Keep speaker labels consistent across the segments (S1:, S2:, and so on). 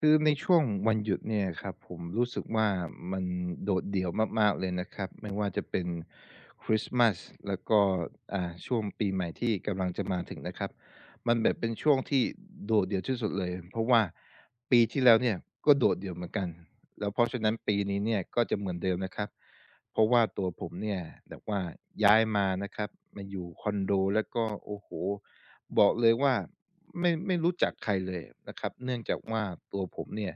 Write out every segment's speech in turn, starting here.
S1: คือในช่วงวันหยุดเนี่ยครับผมรู้สึกว่ามันโดดเดี่ยวมากๆเลยนะครับไม่ว่าจะเป็นคริสต์มาสแล้วก็ช่วงปีใหม่ที่กำลังจะมาถึงนะครับมันแบบเป็นช่วงที่โดดเดี่ยวที่สุดเลยเพราะว่าปีที่แล้วเนี่ยก็โดดเดี่ยวเหมือนกันแล้วเพราะฉะนั้นปีนี้เนี่ยก็จะเหมือนเดิมนะครับเพราะว่าตัวผมเนี่ยแบบว่าย้ายมานะครับมาอยู่คอนโดแล้วก็โอ้โฮบอกเลยว่า ไม่รู้จักใครเลยนะครับเนื่องจากว่าตัวผมเนี่ย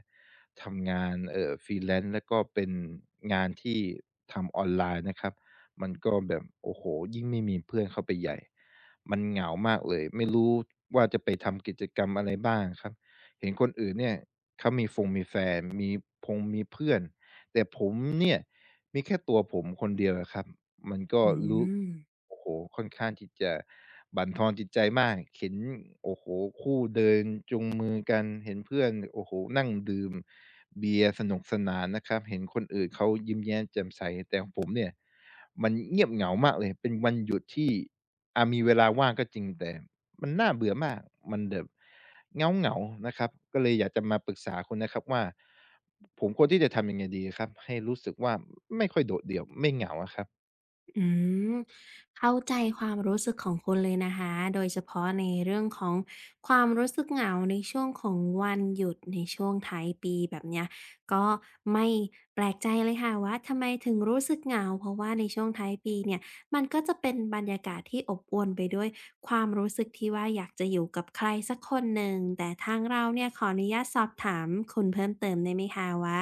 S1: ทำงานfreelance แลนซ์แล้วก็เป็นงานที่ทำออนไลน์นะครับมันก็แบบโอ้โหยิ่งไม่มีเพื่อนเข้าไปใหญ่มันเหงามากเลยไม่รู้ว่าจะไปทำกิจกรรมอะไรบ้างครับเห็นคนอื่นเนี่ย มีแฟนมีพงมีเพื่อนแต่ผมเนี่ยมีแค่ตัวผมคนเดียวอะครับมันก็
S2: อื
S1: รู้
S2: ม
S1: โอ้โฮค่อนข้างที่จะบั่นทอนจิตใจมากเห็นโอ้โฮคู่เดินจูงมือกันเห็นเพื่อนโอ้โฮนั่งดื่มเบียร์สนุกสนานนะครับเห็นคนอื่นเขายิ้มแย้มแจ่มใสแต่ของผมเนี่ย มีเวลาว่างก็จริงแต่มันน่าเบื่อมากมันแบบเหงาๆนะครับก็เลยอยากจะมาปรึกษาคุณนะครับว่าผมควรที่จะทำยังไงดีครับให้รู้สึกว่าไม่ค่อยโดดเดี่ยวไม่เหงาอะครับ
S2: อืมเข้าใจความรู้สึกของคุณเลยนะคะโดยเฉพาะในเรื่องของความรู้สึกเหงาในช่วงของวันหยุดในช่วงท้ายปีแบบเนี้ยก็ไม่แปลกใจเลยค่ะว่าทำไมถึงรู้สึกเหงาเพราะว่าในช่วงท้ายปีเนี่ยมันก็จะเป็นบรรยากาศที่อบอวลไปด้วยความรู้สึกที่ว่าอยากจะอยู่กับใครสักคนหนึ่งแต่ทางเราเนี่ยขออนุญาตสอบถามคุณเพิ่มเติมได้ไหมคะว่า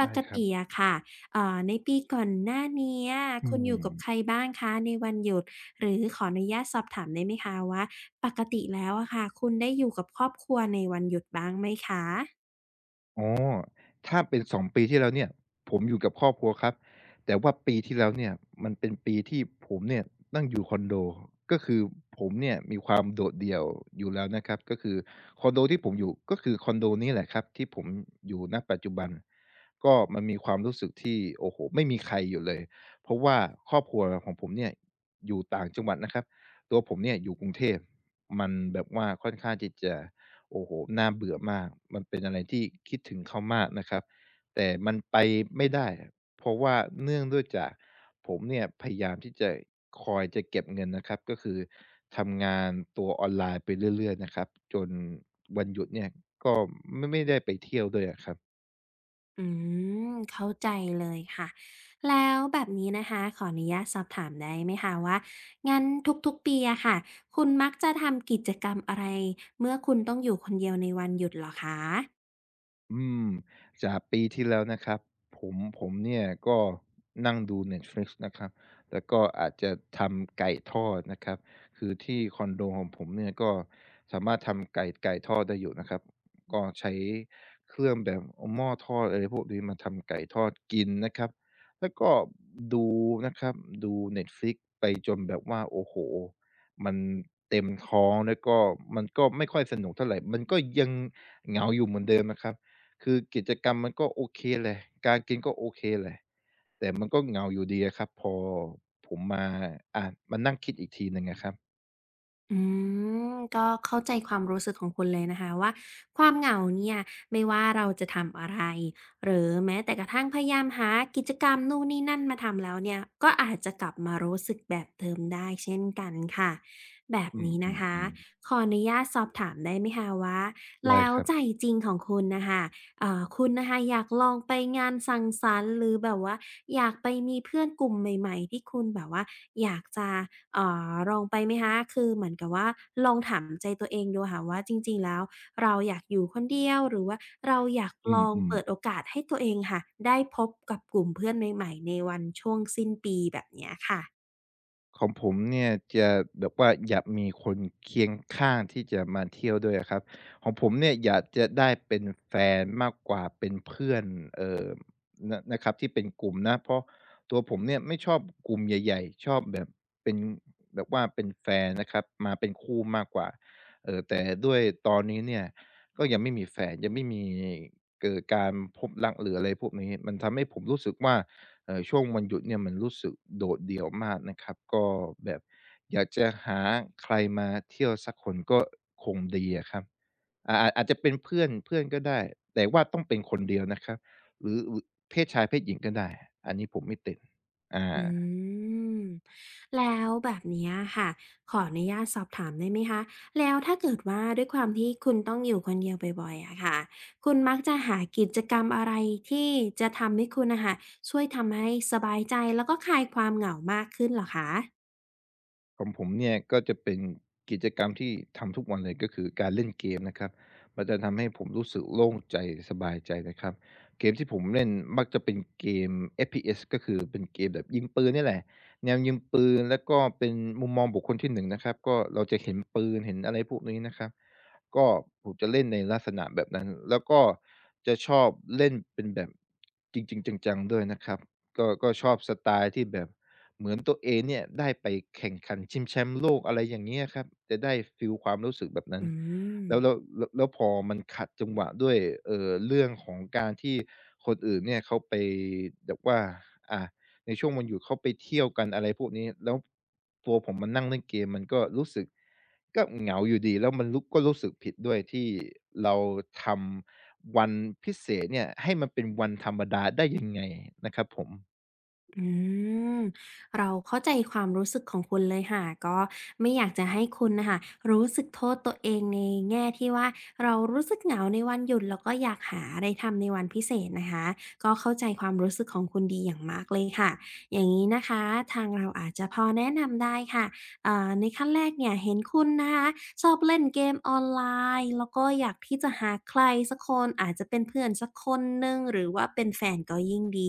S2: ป
S1: ได้
S2: ก
S1: ครับ
S2: ติอะค่ะ ในปีก่อนหน้าเนี้ย
S1: อื
S2: คุณอยู่กับใคร
S1: ม
S2: บ้างคะในวันหยุดหรือขออนุญาตสอบถามได้ไหมคะว่าปกติแล้วอะค่ะคุณได้อยู่กับครอบครัวในวันหยุดบ้างไหมคะ
S1: อ๋อถ้าเป็น2ปีที่แล้วเนี่ยผมอยู่กับครอบครัวครับแต่ว่าปีที่แล้วเนี่ยมันเป็นปีที่ผมเนี่ยต้องอยู่คอนโดก็คือผมเนี่ยมีความโดดเดี่ยวอยู่แล้วนะครับก็คือคอนโดที่ผมอยู่ก็คือคอนโดนี้แหละครับที่ผมอยู่ณปัจจุบันก็มันมีความรู้สึกที่โอ้โฮไม่มีใครอยู่เลยเพราะว่าครอบครัวของผมเนี่ยอยู่ต่างจังหวัดนะครับตัวผมเนี่ยอยู่กรุงเทพมันแบบว่าค่อนข้างที่จะ โอ้โฮน่าเบื่อมากมันเป็นอะไรที่คิดถึงเขามากนะครับแต่มันไปไม่ได้ เพราะว่าเนื่องด้วยจากผมเนี่ยพยายามที่จะคอยจะเก็บเงินนะครับ ก็คือทำงานตัวออนไลน์ไปเรื่อยๆนะครับจนวันหยุดเนี่ยก็ไม่ได้ไปเที่ยวด้วยอะครับ
S2: อืมเข้าใจเลยค่ะแล้วแบบนี้นะคะขออนุญาตสอบถามได้ไหมคะว่างั้นทุกๆปีอะค่ะคุณมักจะทำกิจกรรมอะไรเมื่อคุณต้องอยู่คนเดียวในวันหยุดเหรอคะ
S1: อืมจากปีที่แล้วนะครับผมเนี่ยก็นั่งดู Netflix นะครับแล้วก็อาจจะทำไก่ทอดนะครับ คือที่คอนโดของผมเนี่ยก็ ไก่ทอดได้อยู่นะครับก็ใช้เครื่องแบบหม้อทอดอะไรพวกนี้มาทำไก่ทอดกินนะครับแล้วก็ดูนะครับดูเน็ตฟลิกไปจนแบบว่าโอ้โฮมันเต็มท้องแล้วก็มันก็ไม่ค่อยสนุกเท่าไรมันก็ยังเหงาอยู่เหมือนเดิมนะครับคือกิจกรรมมันก็โอเคแหละการกินก็โอเคแหละแต่มันก็เหงาอยู่ดีอะครับพอผมมาอ่ามานั่งคิดอีกทีหนึ่งอะครับ
S2: อืมก็เข้าใจความรู้สึกของคุณเลยนะคะว่าความเหงาเนี่ยไม่ว่าเราจะทำอะไรหรือแม้แต่กระทั่งพยายามหากิจกรรมนู่นนี่นั่นมาทำแล้วเนี่ยก็อาจจะกลับมารู้สึกแบบเดิมได้เช่นกันค่ะแบบ
S1: อื
S2: นี้นะคะ
S1: มๆๆ
S2: ขออนุญาตสอบถามได้ไหมคะว่า
S1: ได้
S2: แล้ว
S1: ครับ
S2: ใจจริงของคุณนะคะ คุณนะคะอยากลองไปงานสังสรรค์หรือแบบว่าอยากไปมีเพื่อนกลุ่มใหม่ๆที่คุณแบบว่าอยากจะเอ่ลองไปไหมคะคือเหมือนกับว่าลองถามใจตัวเองดูค่ะว่าจริงๆแล้วเราอยากอยู่คนเดียวหรือว่าเราอยาก
S1: อื
S2: ลองเปิดโอ
S1: ม
S2: กาสให้ตัวเองค่ะได้พบกับกลุ่มเพื่อนใหม่ๆในวันช่วงสิ้นปีแบบเนี้ยค่ะ
S1: ของผมเนี่ยจะแบบว่าอยากมีคนเคียงข้างที่จะมาเที่ยวด้วยอะครับของผมเนี่ยอยากจะได้เป็นแฟนมากกว่าเป็นเพื่อนเอ่อนะครับที่เป็นกลุ่มนะเพราะตัวผมเนี่ยไม่ชอบกลุ่มใหญ่ๆชอบแบบเป็นแบบว่าเป็นแฟนนะครับมาเป็นคู่มากกว่าแต่ด้วยตอนนี้เนี่ยก็ยังไม่มีแฟนยังไม่มีเกิดการพบรักหรืออะไรพวกนี้มันทำให้ผมรู้สึกว่า ช่วงวันหยุดเนี่ยมันรู้สึกโดดเดี่ยวมากนะครับก็แบบอยากจะหาใครมาเที่ยวสักคนก็คงดีอะครับอาจจะเป็นเพื่อนเพื่อนก็ได้แต่ว่าต้องเป็นคนเดียวนะครับหรือเพศชายเพศหญิงก็ได้อันนี้ผมไม่ติดอ
S2: อื
S1: า
S2: มแล้วแบบเนี้ยค่ะขออนุญาตสอบถามได้ไหมคะแล้วถ้าเกิดว่าด้วยความที่คุณต้องอยู่คนเดียวบ่อยๆอะค่ะคุณมักจะหากิจกรรมอะไรที่จะทำให้คุณนะค่ะช่วยทำให้สบายใจแล้วก็คลายความเหงามากขึ้นเหรอคะ
S1: ของผมเนี่ยก็จะเป็นกิจกรรมที่ทำทุกวันเลยก็คือการเล่นเกมนะครับมันจะทำให้ผมรู้สึกโล่งใจสบายใจนะครับเกมที่ผมเล่นมักจะเป็นเกม FPS ก็คือเป็นเกมแบบยิงปืนนี่แหละแนวยิงปืนแล้วก็เป็นมุมมองบุคคลที่หนงนะครับก็เราจะเห็นปืนเห็นอะไรพวกนี้นะครับก็ผมจะเล่นในลักษณะแบบนั้นแล้วก็จะชอบเล่นเป็นแบบจริงๆจังๆด้วยนะครับก็ชอบสไตล์ที่แบบ เหมือนตัวเองเนี่ยได้ไปแข่งขันชิงแชมป์โลกอะไรอย่างเงี้ยครับจะได้ฟีลความรู้สึกแบบนั้น
S2: อืม
S1: แล้วพอมันขัดจังหวะด้วยเรื่องของการที่คนอื่นเนี่ยเขาไปแบบว่าอ่าในช่วงวันหยุดเขาไปเที่ยวกันอะไรพวกนี้แล้วตัวผมมานั่งเล่นเกมมันก็รู้สึกก็เหงาอยู่ดีแล้วมันรู้สึกผิดด้วยที่เราทำวันพิยังไงนะครับผม
S2: อืมเราเข้าใจความรู้สึกของคุณเลยค่ะก็ไม่อยากจะให้คุณน่ะค่ะรู้สึกโทษตัวเองในแง่ที่ว่าเรารู้สึกเหงาในวันหยุดแล้วก็อยากหาอะไรทำในวันพิเศษนะคะก็เข้าใจความรู้สึกของคุณดีอย่างมากเลยค่ะอย่างงี้นะคะทางเราอาจจะพอแนะนำได้ค่ะในขั้นแรกเนี่ยเห็นคุณนะคะชอบเล่นเกมออนไลน์แล้วก็อยากที่จะหาใครสักคนอาจจะเป็นเพื่อนสักคนหนึ่งหรือว่าเป็นแฟนก็ยิ่งดี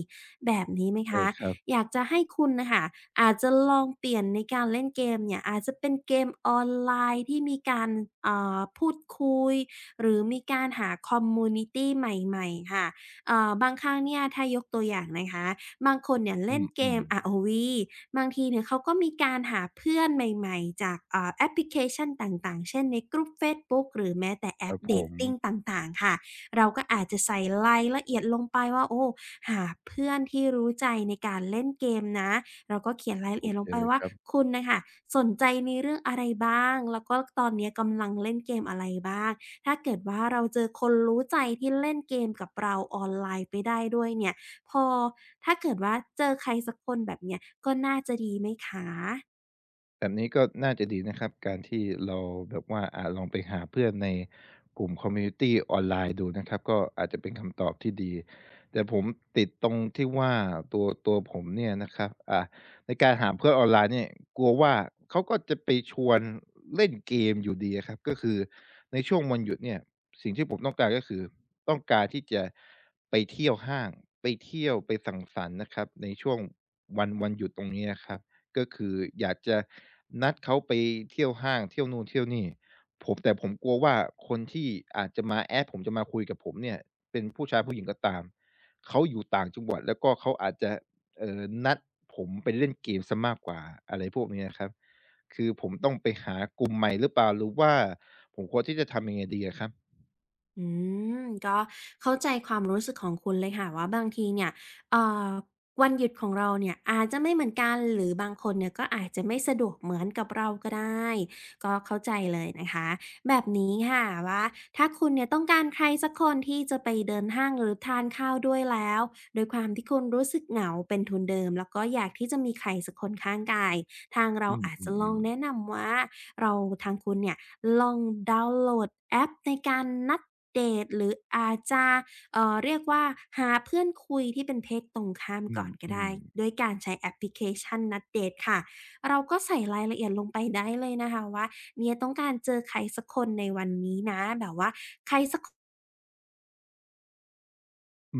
S2: แบบนี้ไหม
S1: ใช่
S2: คะ
S1: ครับ
S2: อยากจะให้คุณน่ะค่ะอาจจะลองเปลี่ยนในการเล่นเกมเนี่ยอาจจะเป็นเกมออนไลน์ที่มีการพูดคุยหรือมีการหาคอมมิวนิตีใหม่ๆค่ะบางครั้งเนี่ยถ้ายกตัวอย่างนะคะบางคนเนี่ย
S1: อื
S2: เล่นเกม
S1: ม
S2: ROV บางทีเนี่ยเขาก็มีการหาเพื่อนใหม่ๆจากแอปพลิเคชันต่างๆเช่นใน group เฟซบุ๊กหรือแม้แต่แอ
S1: ๆครั
S2: ป
S1: บ
S2: เด
S1: ผ
S2: ต
S1: ม
S2: ติงต่างๆค่ะเราก็อาจจะใส่รายละเอียดลงไปว่าโอ้ หาเพื่อนที่รู้ใจในการเล่นเกมนะแล้วก็เขียนรายละ
S1: โอ
S2: เอียด
S1: เค
S2: ลงไป
S1: เลย
S2: ว่า
S1: ครับ
S2: คุณน่ะค่ะสนใจในเรื่องอะไรบ้างแล้วก็ตอนเนี้ยกำลังเล่นเกมอะไรบ้างถ้าเกิดว่าเราเจอคนรู้ใจที่เล่นเกมกับเราออนไลน์ไปได้ด้วยเนี่ยพอถ้าเกิดว่าเจอใครสักคนแบบเนี้ยก็น่าจะดีไหมคะ
S1: แบบนี้ก็น่าจะดีนะครับการที่เราแบบว่าลองไปหาเพื่อนในกลุ่มคอมมิวนิตีออนไลน์ดูนะครับก็อาจจะเป็นคำตอบที่ดีแต่ผมติดตรงที่ว่าตัวผมเนี่ยนะครับในการหาเพื่อนออนไลน์เนี่ยกลัวว่าเขาก็จะไปชวนเล่นเกมอยู่ดีอะครับก็คือในช่วงวันหยุดเนี่ยสิ่งที่ผมต้องการก็คือต้องการที่จะไปเที่ยวห้างไปเที่ยวไปสังสรรค์นะครับในช่วงวันหยุดตรงนี้อะครับ ก็คืออยากจะนัดเขาไปเที่ยวห้างเที่ยวนู่นเที่ยวนี่ผมแต่ผมกลัวว่าคนที่อาจจะมาแอดผมจะมาคุยกับผมเนี่ยเป็นผู้ชายผู้หญิงก็ตามเขาอยู่ต่างจังหวัดแล้วก็เขาอาจจะนัดผมไปเล่นเกมเสียมากกว่าอะไรพวกนี้อะครับกลุ่มใหม่หรือเปล่าหรือว่าผมควรที่จะทำยังไงดีอะครับ
S2: อืมก็เข้าใจความรู้สึกของคุณเลยค่ะว่าบางทีเนี่ยเอ่อวันหยุดของเราเนี่ยอาจจะไม่เหมือนกันหรือบางคนเนี่ยก็อาจจะไม่สะดวกเหมือนกับเราก็ได้ก็เข้าใจเลยนะคะแบบนี้ค่ะว่าถ้าคุณเนี่ยต้องการใครสักคนที่จะไปเดินห้างหรือทานข้าวด้วยแล้วโดยความที่คุณรู้สึกเหงาเป็นทุนเดิมแล้วก็อยากที่จะมีใครสักคนข้างกายทางเรา
S1: อื
S2: อาจจะลอง
S1: ม
S2: แนะ
S1: ๆ
S2: นำว่าเราทางคุณเนี่ยลองดาวน์โหลดแอปในการนัด เดทหรืออาจจะเรียกว่าหาเพื่อนคุยที่เป็นเพศตรงข้าม
S1: ๆอื
S2: ก่อ
S1: ม
S2: น
S1: ๆ
S2: ก็
S1: อ
S2: ได้ด้วยการใช้แอปพลิเคชันนัดเดตค่ะ เราก็ใส่รายละเอียดลงไปได้เลยนะคะว่าเนี่ยต้องการเจอใครสักคนในวันนี้นะแบบว่า
S1: ื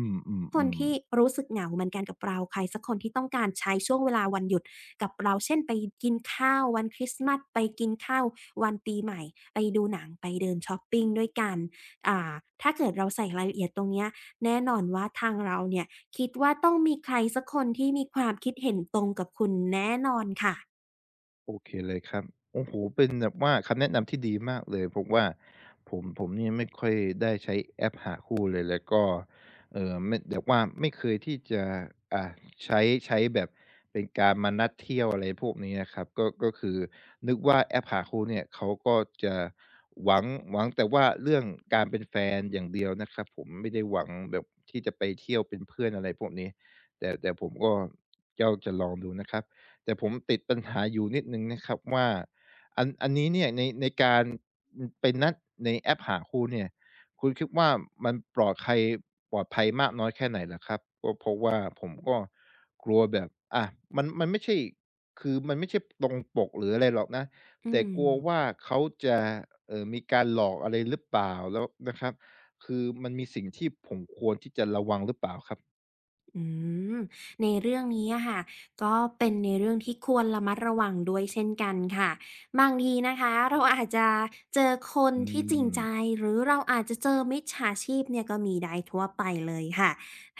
S2: คน
S1: ม
S2: ที่
S1: ๆๆ
S2: รู้สึกเหงาเหมือนกันกับเราใครสักคนที่ต้องการใช้ช่วงเวลาวันหยุดกับเราเช่นไปกินข้าววันคริสต์มาสไปกินข้าววันปีใหม่ไปดูหนังไปเดินชอปปิงด้วยกันอ่าถ้าเกิดเราใส่รายละเอียดตรงเนี้ยแน่นอนว่าทางเราเนี่ยคิดว่าต้องมีใครสักคนที่มีความคิดเห็นตรงกับคุณแน่นอนค่ะ
S1: โอเคเลยครับโอ้โฮเป็นแบบว่าคำแนะนำที่ดีมากเลยเพราะว่าผมเนี่ยไม่ค่อยได้ใช้แอปหาคู่เลยแล้วก็ไม่แบบว่าไม่เคยที่จะอ่าใช้ใช้แบบเป็นการมานัดเที่ยวอะไรพวกนี้นะครับก็ก็คือนึกว่าแอปหาคู่เนี่ยเขาก็จะหวังหวังแต่ว่าเรื่องการเป็นแฟนอย่างเดียวนะครับผมไม่ได้หวังแบบที่จะไปเที่ยวเป็นเพื่อนอะไรพวกนี้แต่ผมก็ก็จะลองดูนะครับ แต่ผมติดปัญหาอยู่นิดหนึ่งนะครับว่าอันนี้เนี่ยในการอืมไปนัดในแอปหาคู่เนี่ยคุณคิดว่ามันปลอดภัยมากน้อยแค่ไหนเหรอครับก็เพราะว่าผมก็กลัวแบบอะมันไม่ใช่คือมันไม่ใช่ตรงปกหรืออะไรหรอกนะ
S2: อื
S1: แต่กลัวว่า
S2: ม
S1: เขาจะมีการหลอกอะไรหรือเปล่าแล้วนะครับคือมันมีสิ่งที่ผมควรที่จะระวังหรือเปล่าครับ
S2: อืมในเรื่องนี้อะค่ะก็เป็นในเรื่องที่ควรระมัดระวังด้วยเช่นกันค่ะบางทีนะคะเราอาจจะเจอคน
S1: อื
S2: ที่จริง
S1: ม
S2: ใจหรือเราอาจจะเจอมิจฉาชีพเนี่ยก็มีได้ทั่วไปเลยค่ะ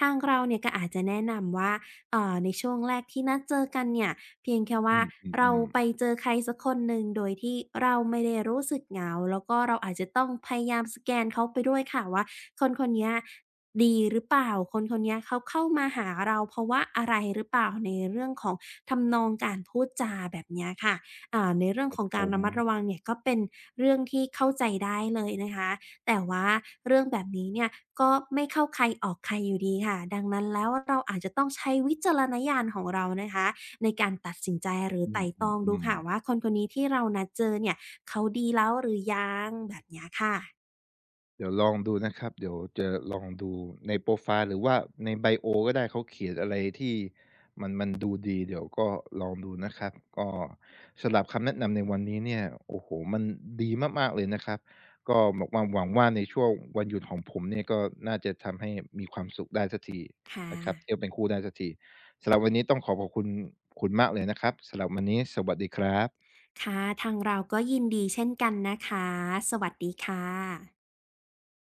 S2: ทางเราเนี่ยก็อาจจะแนะนำว่าในช่วงแรกที่นัดเจอกันเนี่ยเพียงแค่
S1: อื
S2: ว่าเรา
S1: ม
S2: ไป
S1: ๆ
S2: เจอใครสักคนหนึ่งโดยที่เราไม่ได้รู้สึกเหงาแล้วก็เราอาจจะต้องพยายามสแกนเขาไปด้วยค่ะว่า คนคนเนี้ยดีหรือเปล่า คนคนเนี้ยเขาเข้ามาหาเราเพราะว่าอะไรหรือเปล่าในเรื่องของทำนองการพูดจาแบบเนี้ยค่ะในเรื่องของ
S1: ๆผ
S2: การ
S1: ม
S2: ระมัดระวังเนี่ยก็เป็นเรื่องที่เข้าใจได้เลยนะคะ แต่ว่าเรื่องแบบนี้เนี่ยก็ไม่เข้าใครออกใครอยู่ดีค่ะ ดังนั้นแล้วเราอาจจะต้องใช้วิจารณญาณของเรานะคะในการตัดสินใจหรือ
S1: อื
S2: ไต่ตรองดู
S1: ม
S2: ค่ะ
S1: ๆ
S2: ว่า
S1: ๆ
S2: คนคนนี้ที่เรานัดเจอเนี่ยเขาดีแล้วหรือยังแบบเนี้ยค่ะ
S1: เดี๋ยวลองดูนะครับเดี๋ยวจะลองดูในโปรไฟล์หรือว่าในไบโอก็ได้เขาเขียนอะไรที่มันดูดีเดี๋ยวก็ลองดูนะครับก็สำหรับคำแนะนำในวันนี้เนี่ยโอ้โหมันดีมากๆเลยนะครับก็บอกว่าหวังว่าในช่วงวันหยุดของผมเนี่ยก็น่าจะทำให้มีความสุขได้สักที
S2: ค่ะ
S1: นะครับเที่ยวเป็นคู่ได้สักทีสำหรับวันนี้ต้องขอขอบคุณคุณมากเลยนะครับสำหรับวันนี้สวัสดีครับ
S2: ค่ะทางเราก็ยินดีเช่นกันนะคะสวัสดีค่ะ